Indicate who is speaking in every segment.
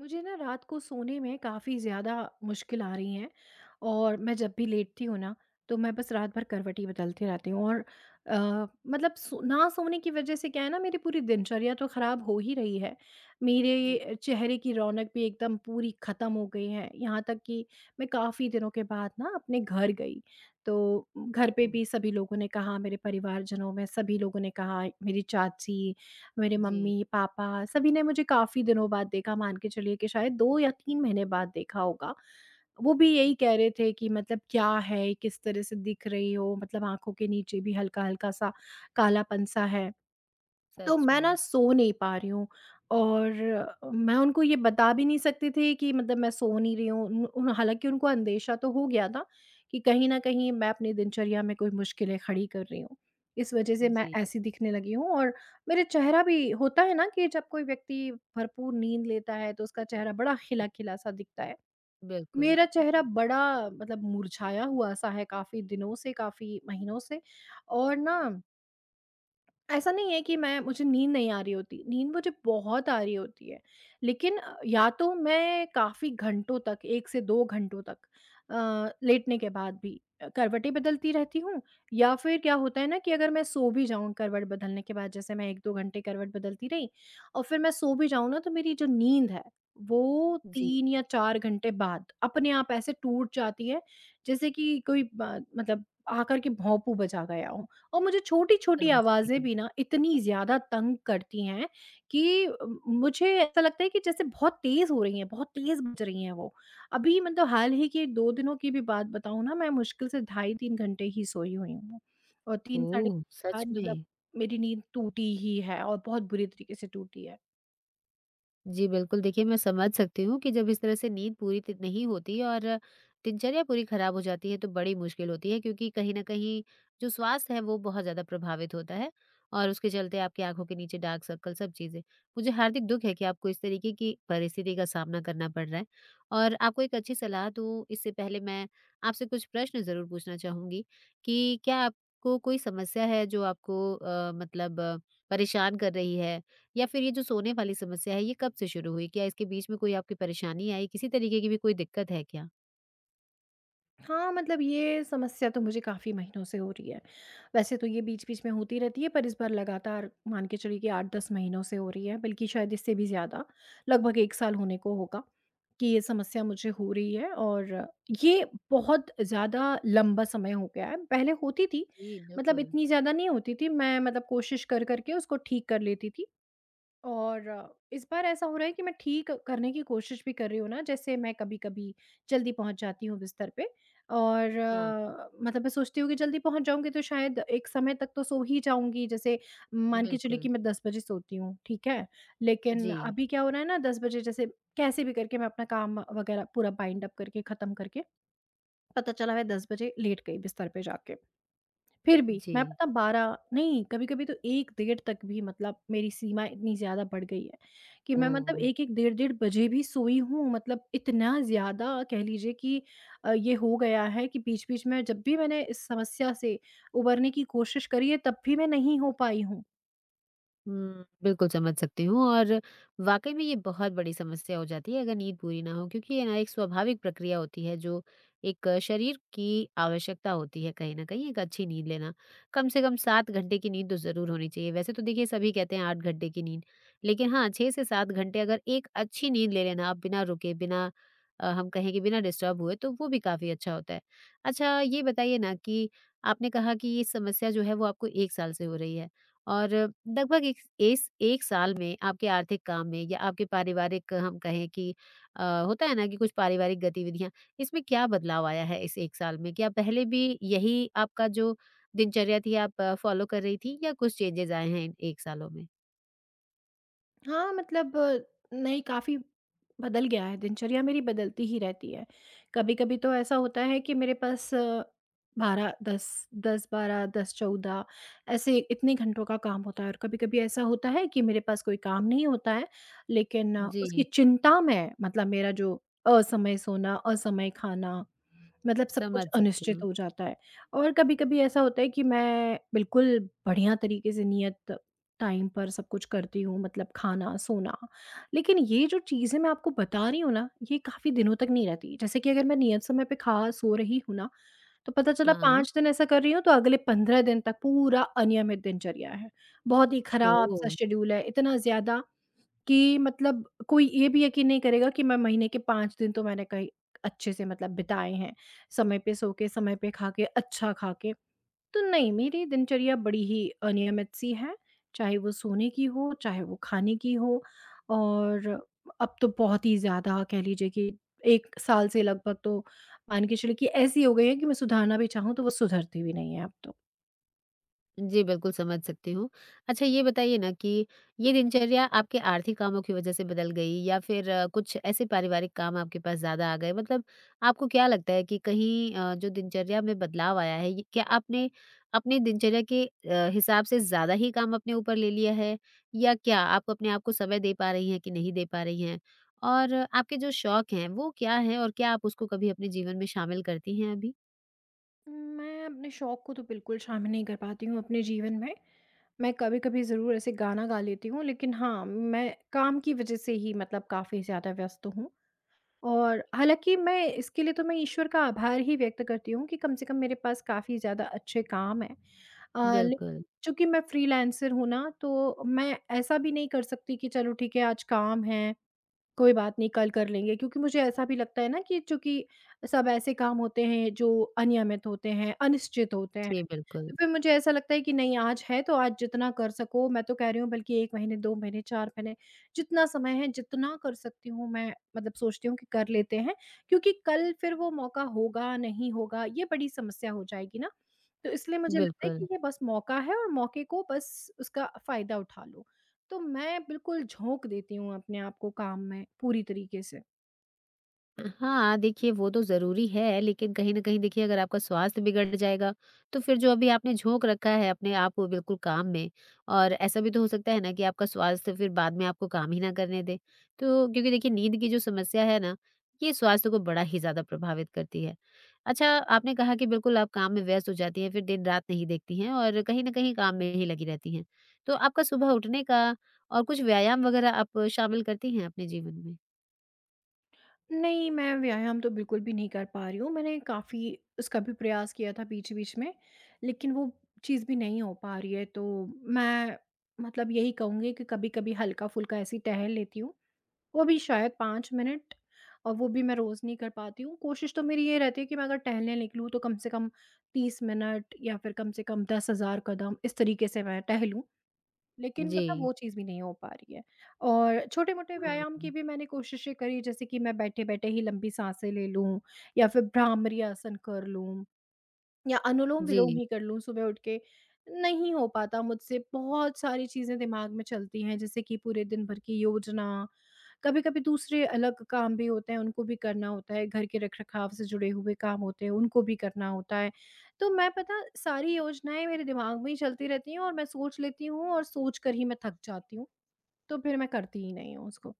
Speaker 1: मुझे ना रात को सोने में काफ़ी ज़्यादा मुश्किल आ रही है। और मैं जब भी लेटती हूँ ना, तो मैं बस रात भर करवटी बदलती रहती हूँ। और मतलब ना सोने की वजह से क्या है ना, मेरी पूरी दिनचर्या तो ख़राब हो ही रही है।
Speaker 2: जी,
Speaker 1: मेरे चेहरे की रौनक भी एकदम पूरी ख़त्म हो गई है, यहाँ तक कि मैं काफ़ी दिनों के बाद ना अपने घर गई, तो घर पे
Speaker 2: ओह!
Speaker 1: भी सभी लोगों ने कहा, मेरे परिवारजनों में सभी लोगों ने कहा, मेरी चाची, मेरे
Speaker 2: जी,
Speaker 1: मम्मी-पापा, सभी ने मुझे काफ़ी दिनों बाद देखा, मान के चलिए कि शायद 2 या 3 महीने बाद देखा होगा। वो भी यही कह रहे थे कि मतलब क्या है, किस तरह से दिख रही हो, मतलब आँखों के नीचे भी हल्का-हल्का सा कालापन-सा है। तो
Speaker 2: सच
Speaker 1: मैं ना
Speaker 2: में।
Speaker 1: सो नहीं पा रही हूँ और मैं उनको ये बता भी नहीं सकती थी कि मतलब मैं सो नहीं रही हूँ, हालांकि उनको अंदेशा तो हो गया था कि कहीं ना कहीं मैं अपनी दिनचर्या में कोई मुश्किलें खड़ी कर रही हूँ, इस वजह से मैं
Speaker 2: जी,
Speaker 1: ऐसी दिखने लगी हूँ। और मेरे चेहरा भी होता है ना कि जब कोई व्यक्ति भरपूर नींद लेता है, तो
Speaker 2: जी,
Speaker 1: उसका चेहरा बड़ा
Speaker 2: जी,
Speaker 1: खिला खिला सा दिखता है।
Speaker 2: बिल्कुल।
Speaker 1: मेरा चेहरा बड़ा मतलब मुरझाया हुआ सा है, काफी दिनों से, काफी महीनों से। और ना ऐसा नहीं है कि मैं मुझे नींद नहीं आ रही होती, नींद मुझे बहुत आ रही होती है। लेकिन या तो मैं काफ़ी घंटों तक 1 से 2 घंटों तक अ, लेटने के बाद भी करवटें बदलती रहती हूँ। या फिर क्या होता है ना कि अगर मैं सो भी जाऊँ करवट बदलने के बाद, जैसे मैं 1-2 घंटे करवट बदलती रही और फिर मैं सो भी जाऊँ ना, तो मेरी जो नींद है, वो
Speaker 2: जी,
Speaker 1: 3 या 4 घंटे बाद अपने आप ऐसे टूट जाती है, जैसे कि कोई ब मतलब आकर के भोंपू बजा गया हो। और मुझे छोटी-छोटी आवाज़ें
Speaker 2: समझी।
Speaker 1: भी ना इतनी ज़्यादा तंग करती हैं कि मुझे ऐसा लगता है कि जैसे बहुत तेज़ हो रही हैं, बहुत तेज़ बज रही हैं वो। अभी मतलब हाल ही के 2 दिनों की भी बात बताऊँ ना, मैं मुश्किल से ढाई 3 घंटे ही सोई हुई हूँ और 3 साढ़े
Speaker 2: ओह!
Speaker 1: 3 के
Speaker 2: सच
Speaker 1: बाद
Speaker 2: में?
Speaker 1: मतलब मेरी नींद टूटी ही है और बहुत बुरी तरीके से टूटी है।
Speaker 2: जी, बिल्कुल। देखिए, मैं समझ सकती हूँ कि जब इस तरह से नींद पूरी त नहीं होती और दिनचर्या पूरी खराब हो जाती है, तो बड़ी मुश्किल होती है, क्योंकि कहीं न कहीं जो स्वास्थ्य है वो बहुत ज़्यादा प्रभावित होता है और उसके चलते आपकी आँखों के नीचे डार्क सर्कल, सब चीज़ें। मुझे हार्दिक दुःख है कि आपको इस तरीके की परिस्थिति का सामना करना पड़ रहा है। और आपको एक अच्छी सलाह दूँ, इससे पहले मैं आपसे कुछ प्रश्न ज़रूर पूछना चाहूँगी, कि क्या आपको कोई समस्या है जो आपको मतलब परेशान कर रही है? या फिर ये जो सोने वाली समस्या है, ये कब से शुरू हुई? क्या इसके बीच में कोई आपकी परेशानी आई? किसी तरीके की भी कोई दिक्कत है क्या?
Speaker 1: हाँ, मतलब ये समस्या तो मुझे काफ़ी महीनों से हो रही है। वैसे तो ये बीच-बीच में होती रहती है, पर इस बार लगातार मान के चलिए कि 8-10 महीनों से हो रही है, बल्कि शायद इससे भी ज़्यादा, लगभग 1 साल होने को होगा कि ये समस्या मुझे हो रही है और ये बहुत ज़्यादा लंबा समय हो गया है। पहले होती थी,
Speaker 2: जी,
Speaker 1: मतलब
Speaker 2: बिल्कुल।
Speaker 1: इतनी ज़्यादा नहीं होती थी, मैं मतलब कोशिश कर-कर के उसको ठीक कर लेती थी। और इस बार ऐसा हो रहा है कि मैं ठीक करने की कोशिश भी कर रही हूँ ना, जैसे मैं कभी-कभी जल्दी पहुँच जाती हूँ बिस्तर पे। और
Speaker 2: हाँ,
Speaker 1: मतलब मैं सोचती हूँ कि जल्दी पहुँच जाऊँगी तो शायद एक समय तक तो सो ही जाऊँगी, जैसे मान के चलिए
Speaker 2: बिल्कुल।
Speaker 1: कि मैं 10 बजे सोती हूँ, ठीक है? लेकिन
Speaker 2: जी,
Speaker 1: अभी क्या हो रहा है ना, 10 बजे जैसे कैसे भी करके मैं अपना काम वगैरह पूरा बाइंड अप करके ख़त्म करके पता चला मैं 10 बजे लेट गई बिस्तर पे जाके। फिर भी मैं
Speaker 2: जी।
Speaker 1: पता 12 नहीं, कभी-कभी तो 1 डेढ़ तक भी, मतलब मेरी सीमा इतनी ज़्यादा बढ़ गई है, कि मैं मतलब
Speaker 2: ओह!
Speaker 1: 1-1 डेढ़-डेढ़ बजे भी सोई हूँ, मतलब इतना ज़्यादा कह लीजिए कि ये हो गया है कि बीच-बीच में जब भी मैंने इस समस्या से उबरने की कोशिश करी है, तब भी मैं नहीं हो पाई हूँ।
Speaker 2: बिल्कुल समझ सकती हूँ, और वाक़ई में ये बहुत बड़ी समस्या हो जाती है अगर नींद पूरी ना हो, क्योंकि ये ना एक स्वाभाविक प्रक्रिया होती है जो एक शरीर की आवश्यकता होती है, कहीं न कहीं एक अच्छी नींद लेना। कम से कम 7 घंटे की नींद तो ज़रूर होनी चाहिए। वैसे तो देखिए, सभी कहते हैं 8 घंटे की नींद, लेकिन हाँ, 6 से 7 घंटे अगर एक अच्छी नींद ले लेना आप बिना रुके, बिना हम कहें कि बिना डिस्टर्ब हुए, तो वो भी काफ़ी अच्छा होता है। अच्छा, ये बताइए ना, कि आपने कहा कि ये समस्या जो है वो आपको 1 साल से हो रही है। और लगभग एक, इस 1 साल में आपके आर्थिक काम में या आपके पारिवारिक, हम कहें कि, होता है ना कि कुछ पारिवारिक गतिविधियाँ, इसमें क्या बदलाव आया है इस 1 साल में? क्या पहले भी यही आपका जो दिनचर्या थी आप फ़ॉलो कर रही थीं, या कुछ चेंजेज़ आए हैं इन 1 सालों में?
Speaker 1: हाँ, मतलब नहीं, काफ़ी बदल गया है, दिनचर्या मेरी बदलती ही रहती है। कभी-कभी तो ऐसा होता है कि मेरे पास 12 10 10-12 10-14 ऐसे इतने घंटों का काम होता है और कभी-कभी ऐसा होता है कि मेरे पास कोई काम नहीं होता है, लेकिन उसकी
Speaker 2: जी,
Speaker 1: चिंता में मतलब मेरा जो असमय सोना, असमय खाना, मतलब सब कुछ
Speaker 2: समझ सकती
Speaker 1: अनिश्चित
Speaker 2: हूँ।
Speaker 1: हो जाता है। और कभी-कभी ऐसा होता है कि मैं बिल्कुल बढ़िया तरीके से नियत टाइम पर सब कुछ करती हूँ, मतलब खाना, सोना। लेकिन ये जो चीज़ें मैं आपको बता रही हूँ ना, ये काफ़ी दिनों तक नहीं रहती। जैसे कि अगर मैं नियत समय पे खा, सो रही हूँ ना, तो पता चला
Speaker 2: हाँ,
Speaker 1: 5 दिन ऐसा कर रही हूँ, तो अगले 15 दिन तक पूरा अनियमित दिनचर्या है। बहुत ही
Speaker 2: ओह!
Speaker 1: खराब-सा शेड्यूल है, इतना ज़्यादा कि मतलब कोई ये भी यकीन नहीं करेगा कि मैं महीने के 5 दिन तो मैंने कहीं अच्छे से मतलब बिताए हैं, समय पे सो के, समय पे खा के, अच्छा खा के। तो नहीं, मेरी दिनचर्या बड़ी ही अनियमित सी है, चाहे वो सोने की हो, चाहे वो खाने की हो। और अब तो बहुत ही ज़्यादा कह लीजिए कि 1 साल से लगभग तो मान के चलिए कि ऐसी हो गई है कि मैं सुधारना भी चाहूँ तो वो सुधरती भी नहीं है अब तो।
Speaker 2: जी, बिल्कुल समझ सकती हूँ। अच्छा, ये बताइए ना, कि ये दिनचर्या आपके आर्थिक कामों की वजह से बदल गई, या फिर कुछ ऐसे पारिवारिक काम आपके पास ज़्यादा आ गए? मतलब, आपको क्या लगता है कि कहीं जो दिनचर्या में बदलाव आया है, ये क्या आपने अपनी दिनचर्या के हिसाब से ज़्यादा ही काम अपने ऊपर ले लिया है? या क्या आप अपने आप को समय दे पा रही हैं, कि नहीं दे पा रही हैं? और आपके जो शौक हैं, वो क्या हैं, और क्या आप उसको कभी अपने जीवन में शामिल करती हैं अभी?
Speaker 1: मैं अपने शौक को तो बिल्कुल शामिल नहीं कर पाती हूँ अपने जीवन में। मैं कभी-कभी ज़रूर ऐसे गाना गा लेती हूँ, लेकिन हाँ, मैं काम की वज़ह से ही मतलब काफ़ी ज़्यादा व्यस्त हूँ। और हालाँकि मैं इसके लिए तो मैं ईश्वर का आभार ही व्यक्त करती हूँ कि कम से कम मेरे पास काफ़ी ज़्यादा अच्छे काम हैं। अ, ले
Speaker 2: बिल्कुल।
Speaker 1: चूँकि मैं फ्रीलांसर हूँ ना, तो मैं ऐसा भी नहीं कर सकती कि चलो ठीक है, आज काम है, कोई बात नहीं कल कर लेंगे, क्योंकि मुझे ऐसा भी लगता है ना कि चूँकि सब ऐसे काम होते हैं जो अनियमित होते हैं, अनिश्चित होते हैं।
Speaker 2: जी, बिल्कुल।
Speaker 1: तो फिर मुझे ऐसा लगता है कि नहीं, आज है तो आज जितना कर सको, मैं तो कह रही हूँ, बल्कि 1 महीने, 2 महीने, 4 महीने जितना समय है, जितना कर सकती हूँ मैं, मतलब सोचती हूँ कि कर लेते हैं। क्योंकि कल फिर वो मौका होगा, नहीं होगा, ये बड़ी समस्या हो जाएगी ना। तो इसलिए मुझे हुँ। लगता है कि
Speaker 2: बिल्कुल।
Speaker 1: ये बस मौका है और मौके को बस उसका फ़ायदा उठा लो। तो मैं बिल्कुल झोंक देती हूँ अपने आप को काम में पूरी तरीके से।
Speaker 2: हाँ, देखिए, वो तो ज़रूरी है, लेकिन कहीं न कहीं देखिए, अगर आपका स्वास्थ्य बिगड़ जाएगा, तो फिर जो अभी आपने झोंक रखा है अपने आप को बिल्कुल काम में, और ऐसा भी तो हो सकता है ना कि आपका स्वास्थ्य फिर बाद में आपको काम ही ना करने दे। तो, क्योंकि देखिए, नींद की जो समस्या है ना, ये स्वास्थ्य को बड़ा ही ज़्यादा प्रभावित करती है। अच्छा, आपने कहा कि बिल्कुल आप काम में व्यस्त हो जाती हैं, फिर दिन-रात नहीं देखती हैं, और कहीं न कहीं काम में ही लगी रहती हैं। तो आपका सुबह उठने का, और कुछ व्यायाम वगैरह, आप शामिल करती हैं अपने जीवन में?
Speaker 1: नहीं, मैं व्यायाम तो बिल्कुल भी नहीं कर पा रही हूँ। मैंने काफ़ी उसका भी प्रयास किया था बीच-बीच में, लेकिन वो चीज़ भी नहीं हो पा रही है। तो मैं मतलब यही कहूँगी कि कभी-कभी हल्का-फुल्का ऐसे ही टहल लेती हूँ, वो भी शायद 5 मिनट, और वो भी मैं रोज़ नहीं कर पाती हूँ। कोशिश तो मेरी ये रहती है कि मैं अगर टहलने निकलूँ तो कम से कम 30 मिनट या फिर कम से कम 10,000 कदम इस तरीके से मैं टहलूँ। लेकिन
Speaker 2: जी।
Speaker 1: मतलब वो चीज़ भी नहीं हो पा रही है। और छोटे-मोटे व्यायाम की
Speaker 2: हाँ।
Speaker 1: भी मैंने कोशिशें करी, जैसे कि मैं बैठे-बैठे ही लंबी साँसें ले लूँ या फिर भ्रामरी आसन कर लूँ या अनुलोम-विलोम
Speaker 2: जी,
Speaker 1: ही कर लूँ सुबह उठ के। नहीं हो पाता मुझसे, बहुत सारी चीज़ें दिमाग में चलती हैं, जैसे कि पूरे दिन भर की योजना, कभी-कभी दूसरे अलग काम भी होते हैं, उनको भी करना होता है, घर के रख-रखाव से जुड़े हुए काम होते हैं, उनको भी करना होता है। तो मैं पता सारी योजनाएँ मेरे दिमाग में ही चलती रहती हैं, और मैं सोच लेती हूँ और सोच कर ही मैं थक जाती हूँ, तो फिर मैं करती ही नहीं हूँ उसको।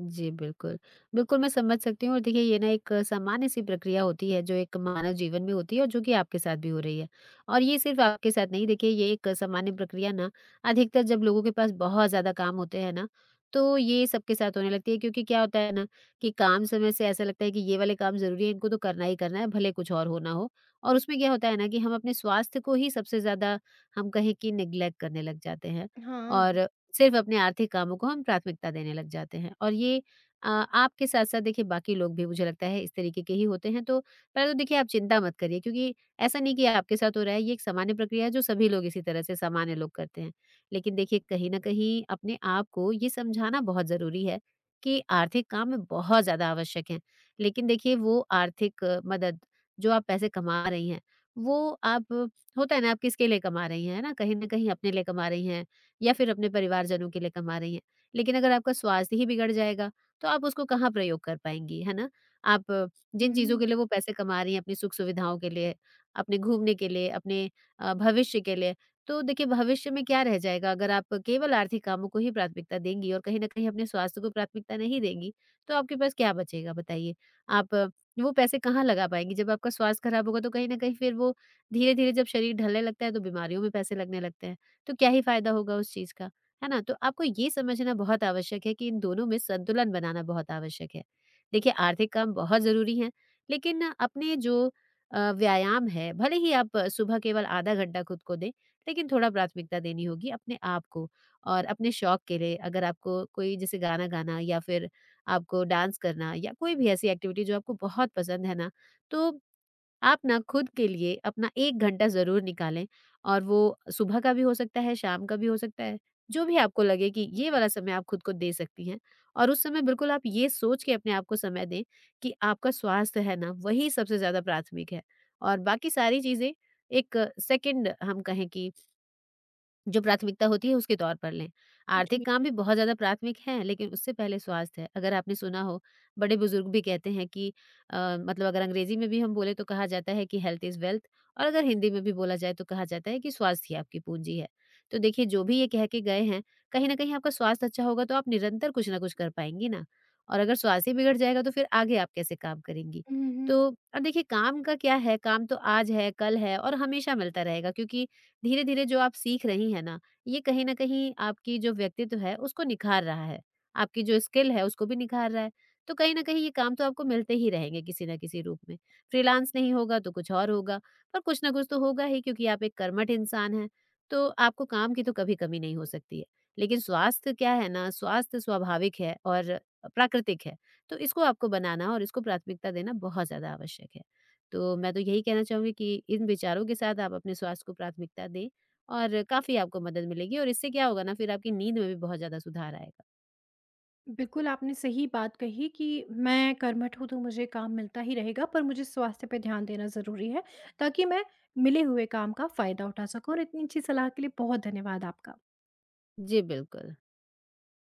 Speaker 2: जी, बिल्कुल। बिल्कुल, मैं समझ सकती हूँ, और देखिए, ये ना एक सामान्य-सी प्रक्रिया होती है जो एक मानव जीवन में होती है, और जो कि आपके साथ भी हो रही है। और ये सिर्फ़ आपके साथ नहीं, देखिए, ये एक सामान्य प्रक्रिया ना, अधिकतर जब लोगों के पास बहुत ज़्यादा काम होते हैं ना, तो ये सबके साथ होने लगती है, क्योंकि क्या होता है ना, कि काम समय से ऐसा लगता है कि ये वाले काम ज़रूरी है, इनको तो करना ही करना है, भले कुछ और हो ना हो। और उसमें क्या होता है ना, कि हम अपने स्वास्थ्य को ही सबसे ज़्यादा, हम कहें कि, नेग्लेक्ट करने लग जाते हैं।
Speaker 1: हाँ।
Speaker 2: और सिर्फ अपने आर्थिक कामों को हम प्राथमिकता देने लग जाते हैं, और ये आपके साथ साथ देखिए बाकी लोग भी, मुझे लगता है, इस तरीके के ही होते हैं। तो पहले तो देखिए, आप चिंता मत करिए, क्योंकि ऐसा नहीं कि आपके साथ हो रहा है, ये एक सामान्य प्रक्रिया है जो सभी लोग इसी तरह से, सामान्य लोग करते हैं। लेकिन देखिए, कहीं ना कहीं अपने आप को ये समझाना बहुत जरूरी है कि आर्थिक काम में बहुत ज्यादा आवश्यक है, लेकिन देखिए, वो आर्थिक मदद, जो आप पैसे कमा रही हैं, वो आप, होता है ना, आप किसके लिए कमा रही हैं, है ना, कहीं ना कहीं अपने लिए कमा रही हैं, या फिर अपने परिवारजनों के लिए कमा रही हैं। लेकिन अगर आपका स्वास्थ्य ही बिगड़ जाएगा, तो आप उसको कहाँ प्रयोग कर पाएँगी, है ना? आप जिन चीज़ों
Speaker 1: हुँ,
Speaker 2: के लिए वो पैसे कमा रही हैं, अपनी सुख-सुविधाओं के लिए, अपने घूमने के लिए, अपने भविष्य के लिए, तो देखिए, भविष्य में क्या रह जाएगा अगर आप केवल आर्थिक कामों को ही प्राथमिकता देंगी, और कहीं न कहीं अपने स्वास्थ्य को प्राथमिकता नहीं देंगी, तो आपके पास क्या बचेगा, बताइए? आप वो पैसे कहाँ लगा पाएँगी? जब आपका स्वास्थ्य खराब होगा, तो कहीं न कहीं फिर वो, धीरे-धीरे जब शरीर ढलने लगता है, तो बीमारियों में पैसे लगने लगते हैं। तो क्या ही फ़ायदा होगा उस चीज़ का, है ना? तो आपको ये समझना बहुत आवश्यक है कि इन दोनों में संतुलन बनाना बहुत आवश्यक है। देखिए, आर्थिक काम बहुत ज़रूरी हैं, लेकिन अपने जो व्यायाम है, भले ही आप सुबह केवल आधा घंटा खुद को दें, लेकिन थोड़ा प्राथमिकता देनी होगी अपने आप को। और अपने शौक के लिए, अगर आपको कोई, जैसे गाना गाना, या फिर आपको डांस करना, या कोई भी ऐसी एक्टिविटी जो आपको बहुत पसंद है ना, तो आप ना, खुद के लिए अपना 1 घंटा ज़रूर निकालें, और वो सुबह का भी हो सकता है, शाम का भी हो सकता है। जो भी आपको लगे कि ये वाला समय आप खुद को दे सकती हैं, और उस समय बिल्कुल आप ये सोच के अपने आप को समय दें कि आपका स्वास्थ्य है ना, वही सबसे ज़्यादा प्राथमिक है, और बाकी सारी चीज़ें एक सेकंड, हम कहें कि, जो प्राथमिकता होती है उसके तौर पर लें।
Speaker 1: जी।
Speaker 2: आर्थिक काम भी बहुत ज़्यादा प्राथमिक हैं, लेकिन उससे पहले स्वास्थ्य है। अगर आपने सुना हो, बड़े-बुजुर्ग भी कहते हैं कि, मतलब अगर अंग्रेज़ी में भी हम बोले तो कहा जाता है कि हेल्थ इज़ वेल्थ, और अगर हिंदी में भी बोला जाए तो कहा जाता है कि स्वास्थ्य ही आपकी पूँजी है। तो देखिए, जो भी ये कह के गए हैं, कहीं न कहीं आपका स्वास्थ्य अच्छा होगा तो आप निरंतर कुछ ना कुछ कर पाएँगी ना, और अगर स्वास्थ्य ही बिगड़ जाएगा तो फिर आगे आप कैसे काम करेंगी?
Speaker 1: हुँ, हुँ।
Speaker 2: तो अब देखिए, काम का क्या है, काम तो आज है, कल है, और हमेशा मिलता रहेगा, क्योंकि धीरे-धीरे जो आप सीख रही हैं ना, ये कहीं न कहीं आपकी जो व्यक्तित्व है, उसको निखार रहा है। आपकी जो स्किल है, उसको भी निखार रहा है। तो कहीं न कहीं ये काम तो आपको मिलते ही रहेंगे, किसी न किसी रूप में। फ्रीलांस नहीं होगा तो कुछ और होगा, पर कुछ ना कुछ तो होगा ही, क्योंकि आप एक कर्मठ इंसान हैं, तो आपको काम की तो कभी कमी नहीं हो सकती है। लेकिन स्वास्थ्य क्या है ना, स्वास्थ्य स्वाभाविक है और प्राकृतिक है। तो इसको आपको बनाना, और इसको प्राथमिकता देना बहुत ज़्यादा आवश्यक है। तो मैं तो यही कहना चाहूँगी कि इन विचारों के साथ आप अपने स्वास्थ्य को प्राथमिकता दें, और काफ़ी आपको मदद मिलेगी, और इससे क्या होगा ना, फिर आपकी नींद में भी बहुत ज़्यादा सुधार आएगा।
Speaker 1: बिल्कुल, आपने सही बात कही कि मैं कर्मठ हूँ, तो मुझे काम मिलता ही रहेगा, पर मुझे स्वास्थ्य पे ध्यान देना ज़रूरी है, ताकि मैं मिले हुए काम का फ़ायदा उठा सकूँ, और इतनी अच्छी सलाह के लिए बहुत धन्यवाद आपका।
Speaker 2: जी, बिल्कुल।